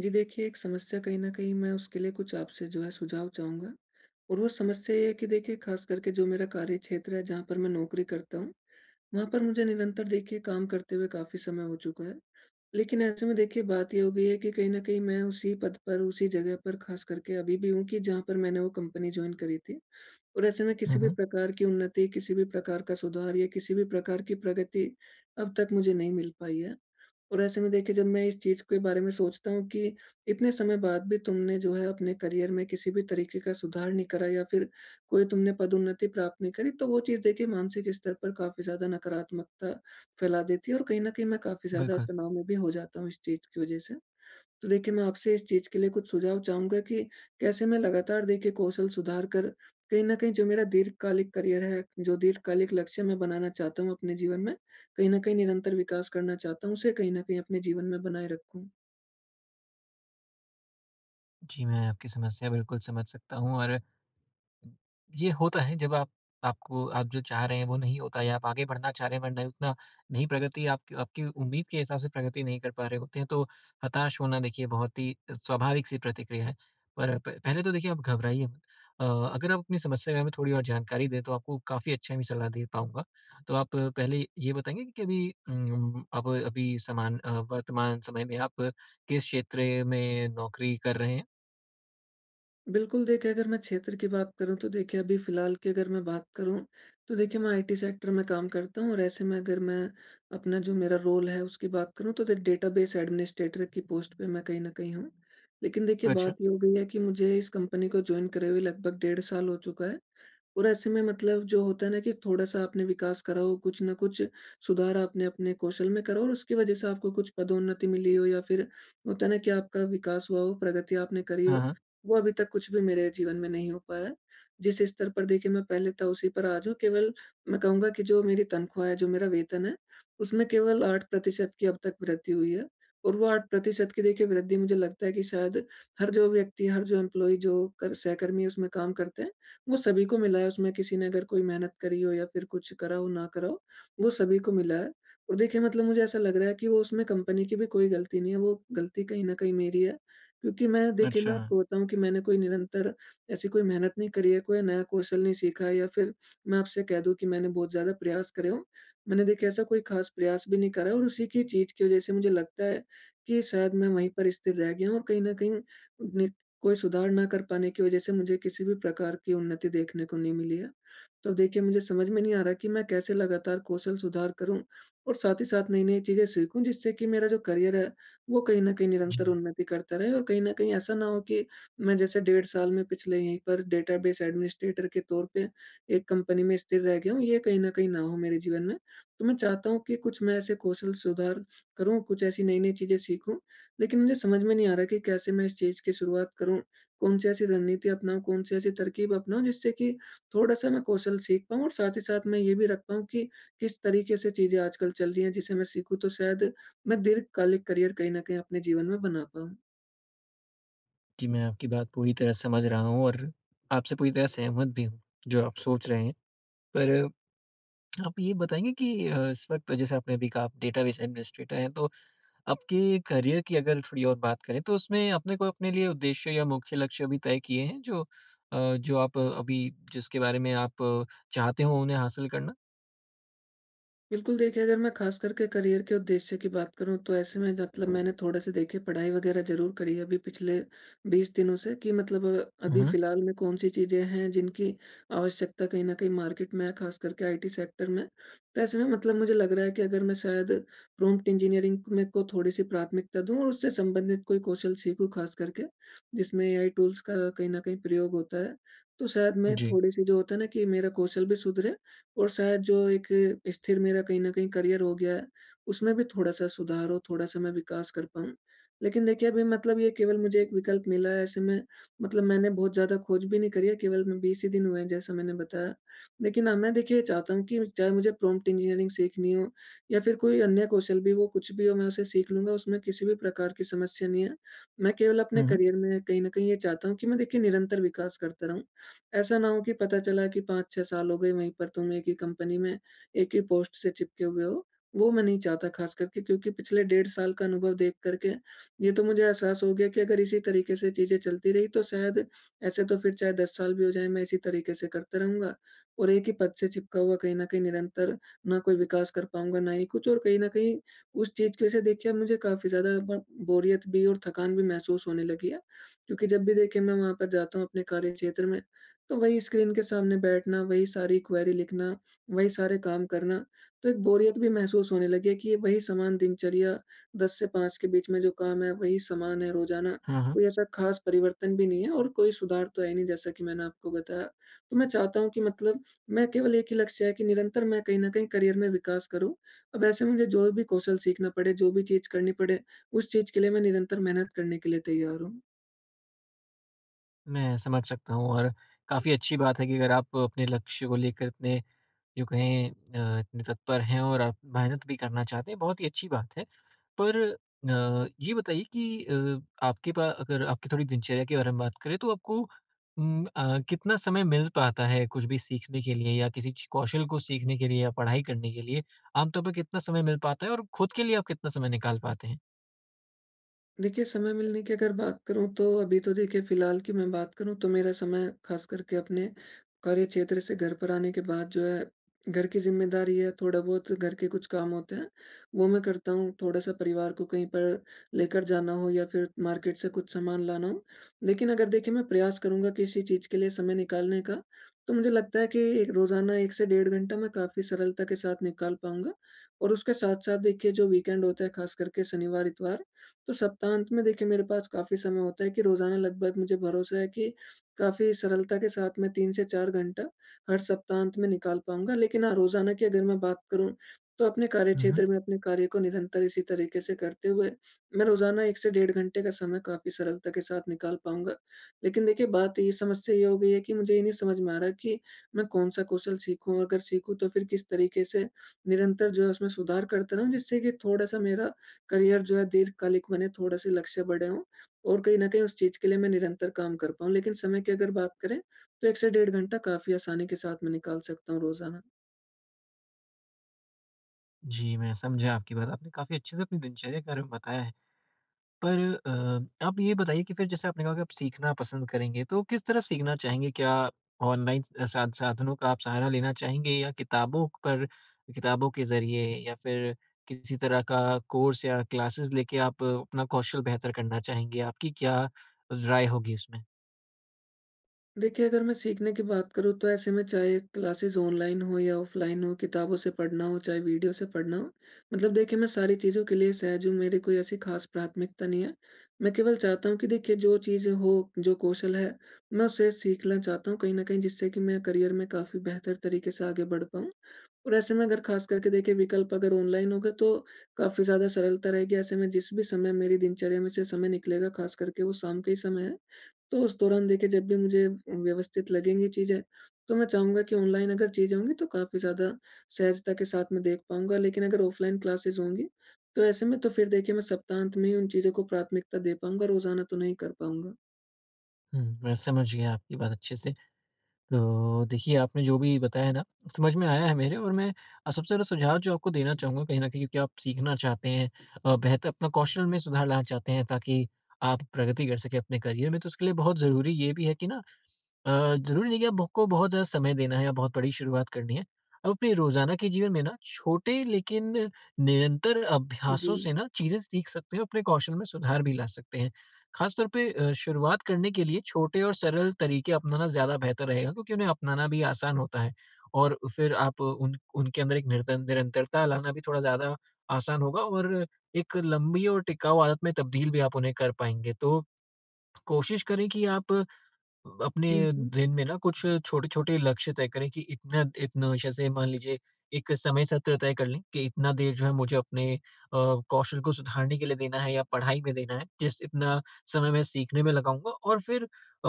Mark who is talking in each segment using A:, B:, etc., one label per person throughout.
A: जी देखिए, एक समस्या कहीं न कहीं मैं उसके लिए कुछ आपसे जो है सुझाव चाहूँगा। और वो समस्या ये है कि देखिए ख़ास करके जो मेरा कार्य क्षेत्र है जहाँ पर मैं नौकरी करता हूँ, वहाँ पर मुझे निरंतर देखिए काम करते हुए काफ़ी समय हो चुका है। लेकिन ऐसे में देखिए बात ये हो गई है कि कहीं न कहीं मैं उसी पद पर, उसी जगह पर ख़ास करके अभी भी हूँ कि जहाँ पर मैंने वो कंपनी जॉइन करी थी, और ऐसे में किसी
B: हुँ,
A: भी
B: हुँ।
A: प्रकार की उन्नति, किसी भी प्रकार का सुधार या किसी भी प्रकार की प्रगति अब तक मुझे नहीं मिल पाई है। और ऐसे में देखिए जब मैं इस चीज़ के बारे में सोचता हूँ कि इतने समय बाद भी तुमने जो है अपने करियर में किसी भी तरीके का सुधार नहीं करा या फिर कोई तुमने पदोन्नति प्राप्त नहीं करी, तो वो चीज़ देखिए मानसिक स्तर पर काफ़ी ज़्यादा नकारात्मकता फैला देती है, और कहीं न कहीं मैं काफ़ी ज़्यादा
B: बिल्कुल।
A: तनाव में भी हो जाता हूँ इस चीज़ की वज़ह से। तो देखिए मैं आपसे इस चीज़ के लिए कुछ सुझाव चाहूँगा कि कैसे मैं लगातार देखिए कौशल सुधार कर कहीं न कहीं जो मेरा दीर्घकालिक करियर है, जो दीर्घकालिक लक्ष्य मैं बनाना चाहता हूँ अपने जीवन में, कहीं न कहीं निरंतर विकास करना चाहता हूँ, उसे कहीं न कहीं अपने जीवन में बनाए रखूँ।
B: जी, मैं आपकी समस्या बिल्कुल समझ सकता हूँ। और ये होता है जब आप आपको आप जो चाह रहे हैं वो नहीं होता, या आप आगे बढ़ना चाह रहे हैं, वरना उतना नहीं, प्रगति, आप आपकी उम्मीद के हिसाब से प्रगति नहीं कर पा रहे होते हैं, तो हताश होना देखिए बहुत ही स्वाभाविक सी प्रतिक्रिया है। पर पहले तो देखिए आप घबराइए मत। अगर आप अपनी समस्या के बारे में थोड़ी और जानकारी दें तो आपको काफ़ी अच्छा भी सलाह दे पाऊंगा। तो आप पहले ये बताएंगे कि अभी आप अभी वर्तमान समय में आप किस क्षेत्र में नौकरी कर रहे हैं?
A: बिल्कुल, देखिए अगर मैं क्षेत्र की बात करूँ तो देखिए अभी फ़िलहाल की अगर मैं बात करूँ, तो देखिए मैं आईटी सेक्टर में काम करता हूँ, और ऐसे में अगर मैं अपना जो मेरा रोल है उसकी बात करूँ तो द डेटाबेस एडमिनिस्ट्रेटर की पोस्ट पे मैं कहीं न कहीं हूँ। लेकिन देखिए
B: अच्छा।
A: बात ये हो गई है कि मुझे इस कंपनी को जॉइन करे हुए लगभग डेढ़ साल हो चुका है, और ऐसे में मतलब जो होता है ना कि थोड़ा-सा आपने विकास करा हो, कुछ न कुछ सुधार आपने अपने कौशल में करा हो और उसकी वजह से आपको कुछ पदोन्नति मिली हो, या फिर होता है ना कि आपका विकास हुआ हो, प्रगति आपने करी
B: हाँ,
A: हो,
B: हाँ।
A: वो अभी तक कुछ भी मेरे जीवन में नहीं हो पाया है। जिस स्तर पर देखिए मैं पहले था उसी पर आज हूँ। केवल मैं कहूँगा कि जो मेरी तनख्वाह है, जो मेरा वेतन है, उसमें केवल 8% की अब तक वृद्धि हुई है, और वो 8% की देखिए वृद्धि मुझे लगता है कि शायद हर जो व्यक्ति, हर जो एम्प्लॉयी जो कर सहकर्मी उसमें काम करते हैं, वो सभी को मिला है। उसमें किसी ने अगर कोई मेहनत करी हो या फिर कुछ करा हो, ना करा हो, वो सभी को मिला है। और देखिए मतलब मुझे ऐसा लग रहा है कि वो उसमें कंपनी की भी कोई गलती नहीं है, वो गलती कहीं न कहीं मेरी है। क्योंकि मैं देखिए मैं
B: अच्छा। हाँ।
A: आपको बताऊँ कि मैंने कोई निरंतर ऐसी कोई मेहनत नहीं करी है, कोई नया कौशल नहीं सीखा है, या फिर मैं आपसे कह दूँ कि मैंने बहुत ज़्यादा प्रयास करे हों। मैंने देखिए ऐसा कोई ख़ास प्रयास भी नहीं करा, और उसी की चीज़ की वज़ह से मुझे लगता है कि शायद मैं वहीं पर स्थिर रह गया हूँ, और कहीं न कहीं नि कोई सुधार ना कर पाने की वज़ह से मुझे किसी भी प्रकार की उन्नति देखने को नहीं मिली है। तो देखिए मुझे समझ में नहीं आ रहा कि मैं कैसे लगातार कौशल सुधार करूं और साथ ही साथ नई नई चीजें सीखूं, जिससे कि मेरा जो करियर है वो कहीं ना कहीं
B: जी।
A: निरंतर उन्नति करता रहे, और कहीं ना कहीं ऐसा ना हो कि मैं जैसे डेढ़ साल में पिछले यहीं पर डेटाबेस एडमिनिस्ट्रेटर के तौर पे एक कंपनी में स्थिर रह गया हूँ, ये कहीं ना हो मेरे जीवन में। तो मैं चाहता हूँ कि कुछ मैं ऐसे कौशल सुधार करूँ, कुछ ऐसी नई नई चीजें सीखूं, लेकिन मुझे समझ में नहीं आ रहा कि कैसे मैं इस चीज की शुरुआत करूँ, कौन सी ऐसी रणनीति अपनाऊं, कौन सी ऐसी तरकीब अपनाऊं, जिससे कि थोड़ा-सा मैं कौशल सीख पाऊँ और साथ ही साथ मैं ये भी रख पाऊँ कि किस तरीके से चीज़ें आजकल चल रही हैं, जिसे मैं सीखूँ तो शायद मैं दीर्घकालिक करियर कहीं न कहीं अपने जीवन में बना पाऊँ।
B: जी, मैं आपकी बात पूरी तरह समझ रहा हूँ और आपसे पूरी तरह सहमत भी हूँ, जो आप सोच रहे हैं। पर आप ये बताएँगे कि इस वक़्त तो जैसे आपने अभी कहा आप डेटाबेस एडमिनिस्ट्रेटर हैं, तो आपके करियर की अगर थोड़ी और बात करें, तो उसमें आपने कोई अपने लिए उद्देश्य या मुख्य लक्ष्य अभी तय किए हैं जो आप अभी जिसके बारे में आप चाहते हो उन्हें हासिल करना?
A: बिल्कुल, देखिए अगर मैं ख़ास करके करियर के उद्देश्य की बात करूँ तो ऐसे में मतलब मैंने थोड़ा-सा देखिए पढ़ाई वग़ैरह ज़रूर करी है अभी पिछले 20 दिनों से, कि मतलब अभी
B: हुँ,
A: फ़िलहाल में कौन-सी चीज़ें हैं जिनकी आवश्यकता कहीं न कहीं मार्केट में है ख़ास करके आईटी सेक्टर में। तो ऐसे में मतलब मुझे लग रहा है कि अगर मैं शायद प्रॉम्प्ट इंजीनियरिंग में को थोड़ी-सी प्राथमिकता दूँ और उससे संबंधित कोई कौशल सीखूँ ख़ास करके, जिसमें एआई टूल्स का कहीं न कहीं प्रयोग होता है। तो शायद मैं
B: जी।
A: थोड़ी-सी जो होता है ना कि मेरा कौशल भी सुधरे, और शायद जो एक स्थिर मेरा कहीं न कहीं करियर हो गया है, उसमें भी थोड़ा-सा सुधार हो, थोड़ा-सा मैं विकास कर पाऊँ। लेकिन देखिए अभी मतलब ये केवल मुझे एक विकल्प मिला है, ऐसे में मतलब मैंने बहुत ज़्यादा खोज भी नहीं करी है, केवल मैं 20 ही दिन हुए हैं जैसा मैंने बताया। लेकिन हाँ, मैं देखिए ये चाहता हूँ कि चाहे मुझे प्रॉम्प्ट इंजीनियरिंग सीखनी हो या फिर कोई अन्य कौशल भी, वो कुछ भी हो मैं उसे सीख लूँगा, उसमें किसी भी प्रकार की समस्या नहीं है। मैं केवल अपने
B: हुँ, हुँ।
A: करियर में कहीं न कहीं ये चाहता हूँ कि मैं देखिए निरंतर विकास करता रहूँ। ऐसा ना हो कि पता चला कि 5-6 साल हो गए वहीं पर तुम एक ही कंपनी में, एक ही पोस्ट से चिपके हुए हो। वो मैं नहीं चाहता ख़ास करके, क्योंकि पिछले डेढ़ साल का अनुभव देख कर के ये तो मुझे एहसास हो गया कि अगर इसी तरीके से चीज़ें चलती रही तो शायद ऐसे तो फिर चाहे 10 साल भी हो जाएँ मैं इसी तरीके से करता रहूँगा, और एक ही पद से चिपका हुआ कहीं न कहीं निरंतर ना कोई विकास कर पाऊँगा, ना ही कुछ, और कहीं न कहीं उस चीज़ की वजह से देखिए मुझे काफ़ी ज़्यादा ब बोरियत भी और थकान भी महसूस होने लगी है। क्योंकि जब भी देखिए मैं वहाँ पर जाता हूँ अपने कार्यक्षेत्र में, तो वही स्क्रीन के सामने बैठना, वही सारी क्वेरी लिखना, वही सारे काम करना, तो एक बोरियत भी महसूस होने लगी है कि ये वही समान दिनचर्या 10 से 5 के बीच में जो काम है वही समान है रोज़ाना।
B: हाँ, हाँ।
A: कोई ऐसा ख़ास परिवर्तन भी नहीं है, और कोई सुधार तो है नहीं, जैसा कि मैंने आपको बताया। तो मैं चाहता हूँ कि मतलब मैं केवल एक ही लक्ष्य है कि निरंतर मैं कहीं न कहीं करियर में विकास करूँ। अब ऐसे मुझे जो भी कौशल सीखना पड़े, जो भी चीज़ करनी पड़े, उस चीज़ के लिए मैं निरंतर मेहनत करने के लिए तैयार हूँ।
B: मैं समझ सकता हूँ और काफ़ी अच्छी बात है कि अगर आप अपने लक्ष्य को लेकर इतने जो कहें इतने तत्पर हैं और आप मेहनत भी करना चाहते हैं, बहुत ही अच्छी बात है। पर ये बताइए कि आपके पा अगर आपकी थोड़ी दिनचर्या के बारे में बात करें तो आपको कितना समय मिल पाता है कुछ भी सीखने के लिए या किसी ची कौशल को सीखने के लिए या पढ़ाई करने के लिए, आम तौर पे कितना समय मिल पाता है और खुद के लिए आप कितना समय निकाल पाते हैं?
A: देखिए, समय मिलने की अगर बात करूँ तो अभी तो देखिए फ़िलहाल की मैं बात करूँ तो मेरा समय ख़ास करके अपने कार्यक्षेत्र से घर पर आने के बाद जो है, घर की ज़िम्मेदारी है, थोड़ा बहुत घर के कुछ काम होते हैं, वो मैं करता हूँ। थोड़ा-सा परिवार को कहीं पर लेकर जाना हो, या फिर मार्केट से कुछ सामान लाना हो। लेकिन अगर देखिए मैं प्रयास करूँगा किसी चीज़ के लिए समय निकालने का, तो मुझे लगता है कि एक रोज़ाना 1 से डेढ़ घंटा मैं काफ़ी सरलता के साथ निकाल पाऊँगा। और उसके साथ-साथ देखिए जो वीकेंड होता है ख़ास करके शनिवार-इतवार, तो सप्ताहांत में देखिए मेरे पास काफ़ी समय होता है कि रोज़ाना लगभग मुझे भरोसा है कि काफ़ी सरलता के साथ मैं 3 से 4 घंटा हर सप्ताहांत में निकाल पाऊँगा। लेकिन हाँ, रोज़ाना की अगर मैं बात करूँ तो अपने
B: हुँ, हुँ।
A: कार्यक्षेत्र में अपने कार्य को निरंतर इसी तरीके से करते हुए मैं रोज़ाना 1 से डेढ़ घंटे का समय काफ़ी सरलता के साथ निकाल पाऊँगा। लेकिन देखिए बात ये समस्या ये हो गई है कि मुझे ये नहीं समझ में आ रहा कि मैं कौन-सा कौशल सीखूँ? अगर सीखूँ तो फिर किस तरीके से निरंतर जो है उसमें सुधार करता रहूँ, जिससे कि थोड़ा-सा मेरा करियर जो है दीर्घकालिक बने, थोड़े-से लक्ष्य बड़े हों, और कहीं न कहीं उस चीज़ के लिए मैं निरंतर काम कर पाऊँ। लेकिन समय की अगर बात करें, तो 1 से डेढ़ घंटा काफ़ी आसानी के साथ मैं निकाल सकता हूँ रोज़ाना।
B: जी, मैं समझा आपकी बात। आपने काफ़ी अच्छे से अपनी दिनचर्या के बारे में बताया है। पर आप ये बताइए कि फिर जैसे आपने कहा कि आप सीखना पसंद करेंगे, तो किस तरफ सीखना चाहेंगे? क्या ऑनलाइन सा साधनों का आप सहारा लेना चाहेंगे, या किताबों के ज़रिए, या फिर किसी तरह का कोर्स या क्लासेस लेके आप अपना कौशल बेहतर करना चाहेंगे? आपकी क्या राय होगी इसमें?
A: देखिए, अगर मैं सीखने की बात करूँ तो ऐसे में चाहे क्लासेज़ ऑनलाइन हो या ऑफ़लाइन हो, किताबों से पढ़ना हो, चाहे वीडियो से पढ़ना हो, मतलब देखिए मैं सारी चीज़ों के लिए सहज हूँ, मेरी कोई ऐसी ख़ास प्राथमिकता नहीं है। मैं केवल चाहता हूँ कि देखिए जो चीज़ हो, जो कौशल है, मैं उसे सीखना चाहता हूँ कहीं न कहीं, जिससे कि मैं करियर में काफ़ी बेहतर तरीके से आगे बढ़ पाऊँ। और ऐसे में अगर खास करके देखिए विकल्प अगर ऑनलाइन होगा तो काफ़ी ज़्यादा सरलता रहेगी। ऐसे में जिस भी समय मेरी दिनचर्या में से समय निकलेगा खास करके वो शाम का ही समय है। तो उस दौरान देखिए जब भी मुझे व्यवस्थित लगेंगी चीज़ें, तो मैं चाहूँगा कि ऑनलाइन अगर चीज़ें होंगी तो काफ़ी ज़्यादा सहजता के साथ मैं देख पाऊँगा। लेकिन अगर ऑफलाइन क्लासेज़ होंगी तो ऐसे में तो फिर देखिए मैं सप्ताहांत में ही उन चीज़ों को प्राथमिकता दे पाऊँगा, रोज़ाना तो नहीं कर पाऊँगा।
B: हुँ, मैं समझ गया आपकी बात अच्छे से। तो देखिए, आपने जो भी बताया ना, समझ में आया है मेरे और मैं सबसे ज़्यादा सुझाव जो आपको देना चाहूँगा कहीं न कहीं क्योंकि आप सीखना चाहते हैं, बेहतर अपना कौशल में सुधार लाना चाहते हैं ताकि आप प्रगति कर सकें अपने करियर में, तो उसके लिए बहुत ज़रूरी ये भी है कि ना, ज़रूरी नहीं कि आपको बहुत ज़्यादा समय देना है या बहुत बड़ी शुरुआत करनी है। आप अपने रोज़ाना के जीवन में ना छोटे लेकिन निरंतर
A: जी।
B: अभ्यासों से ना चीज़ें सीख सकते हैं, अपने कौशल में सुधार भी ला सकते हैं। खासतौर पे शुरुआत करने के लिए छोटे और सरल तरीके अपनाना ज़्यादा बेहतर रहेगा क्योंकि उन्हें अपनाना भी आसान होता है, और फिर आप उन उनके अंदर एक निरंतरता लाना भी थोड़ा ज़्यादा आसान होगा, और एक लंबी और टिकाऊ आदत में तब्दील भी आप उन्हें कर पाएँगे। तो कोशिश करें कि आप अपने
A: हुँ, हुँ।
B: दिन में ना कुछ छोटे-छोटे लक्ष्य तय करें कि इतना इतना जैसे मान लीजिए एक समय सत्र तय कर लें कि इतना देर जो है मुझे अपने कौशल को सुधारने के लिए देना है या पढ़ाई में देना है, जिस इतना समय मैं सीखने में लगाऊँगा, और फिर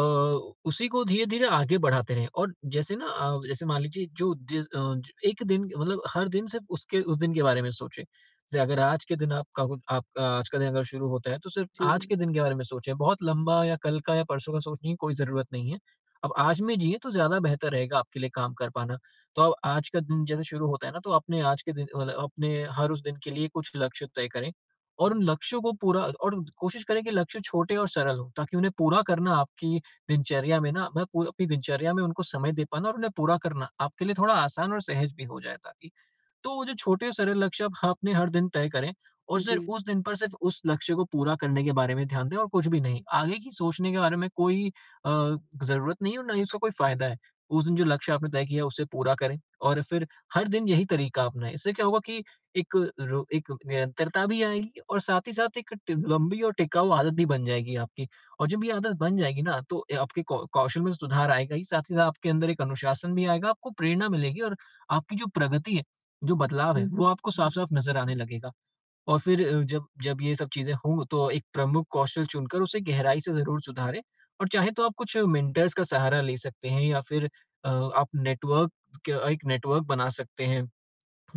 B: उसी को धीरे-धीरे आगे बढ़ाते रहें, और जैसे ना, जैसे मान लीजिए जो जिस अ, ज एक दिन, मतलब हर दिन सिर्फ उसके उस दिन के बारे में सोचें। जैसे अगर आज के दिन आपका आज का दिन अगर शुरू होता है, तो सिर्फ आज
A: जी।
B: के दिन के बारे में सोचें, बहुत लंबा या कल का या परसों का सोचने की कोई ज़रूरत नहीं है। आप आज में जिएँ तो ज़्यादा बेहतर रहेगा आपके लिए काम कर पाना। तो अब आज का दिन जैसे शुरू होता है ना, तो अपने आज के दिन, मतलब अपने हर उस दिन के लिए कुछ लक्ष्य तय करें, और उन लक्ष्यों को पूरा, और कोशिश करें कि लक्ष्य छोटे और सरल हों, ताकि उन्हें पूरा करना आपकी दिनचर्या में ना, मतलब पूर अपनी दिनचर्या में उनको समय दे पाना और उन्हें पूरा करना आपके लिए थोड़ा आसान और सहज भी हो जाए, ताकि। तो वो जो छोटे सरल लक्ष्य आप अपने हर दिन तय करें और
A: जी।
B: सिर्फ उस दिन पर सिर्फ उस लक्ष्य को पूरा करने के बारे में ध्यान दें, और कुछ भी नहीं, आगे की सोचने के बारे में कोई अ, ज़रूरत नहीं है और ना ही उसका कोई फ़ायदा है। उस दिन जो लक्ष्य आपने तय किया है उसे पूरा करें, और फिर हर दिन यही तरीका अपनाएँ। इससे क्या होगा कि एक निरंतरता भी आएगी और साथ ही साथ एक ट लंबी और टिकाऊ आदत भी बन जाएगी आपकी। और जब ये आदत बन जाएगी ना, तो ए आपके कौ कौशल में सुधार आएगा ही, साथ ही साथ आपके अंदर एक अनुशासन भी आएगा, आपको प्रेरणा मिलेगी और आपकी जो प्रगति है, जो बदलाव
A: हुँ,
B: है,
A: हुँ।
B: वो आपको साफ-साफ नज़र आने लगेगा। और फिर जब जब ये सब चीज़ें हों, तो एक प्रमुख कौशल चुनकर उसे गहराई से ज़रूर सुधारें, और चाहे तो आप कुछ मेंटर्स का सहारा ले सकते हैं, या फिर आप नेटवर्क क एक नेटवर्क बना सकते हैं।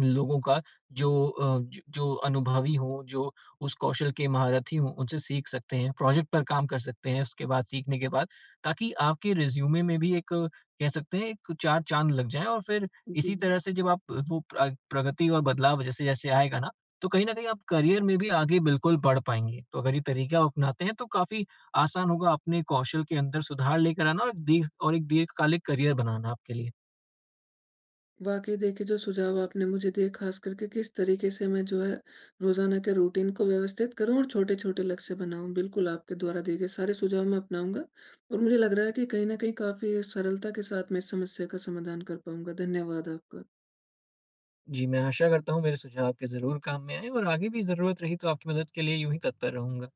B: लोगों का, जो अ, ज जो अनुभवी हों, जो उस कौशल के महारथी हों, उनसे सीख सकते हैं, प्रोजेक्ट पर काम कर सकते हैं उसके बाद, सीखने के बाद, ताकि आपके रिज़्यूमे में भी एक, कह सकते हैं, एक चार चाँद लग जाएँ। और फिर
A: जी।
B: इसी तरह से जब आप वो प्रगति और बदलाव जैसे-जैसे आएगा ना, तो कहीं न कहीं आप करियर में भी आगे बिल्कुल बढ़ पाएँगे। तो अगर ये तरीका आप अपनाते हैं तो काफ़ी आसान होगा अपने कौशल के अंदर सुधार लेकर आना और एक दीर्घ और एक दीर्घकालिक करियर बनाना आपके लिए।
A: वाक़ई देखिए, जो सुझाव आपने मुझे दिए ख़ास करके किस तरीके से मैं जो है रोज़ाना के रूटीन को व्यवस्थित करूँ और छोटे-छोटे लक्ष्य बनाऊँ। बिल्कुल, आपके द्वारा दिए गए सारे सुझाव मैं अपनाऊँगा, और मुझे लग रहा है कि कहीं न कहीं काफ़ी सरलता के साथ मैं इस समस्या का समाधान कर पाऊँगा। धन्यवाद आपका।
B: जी, मैं आशा करता हूँ मेरे सुझाव आपके ज़रूर काम में आएँ, और आगे भी ज़रूरत रही तो आपकी मदद के लिए यूँ ही तत्पर रहूँगा।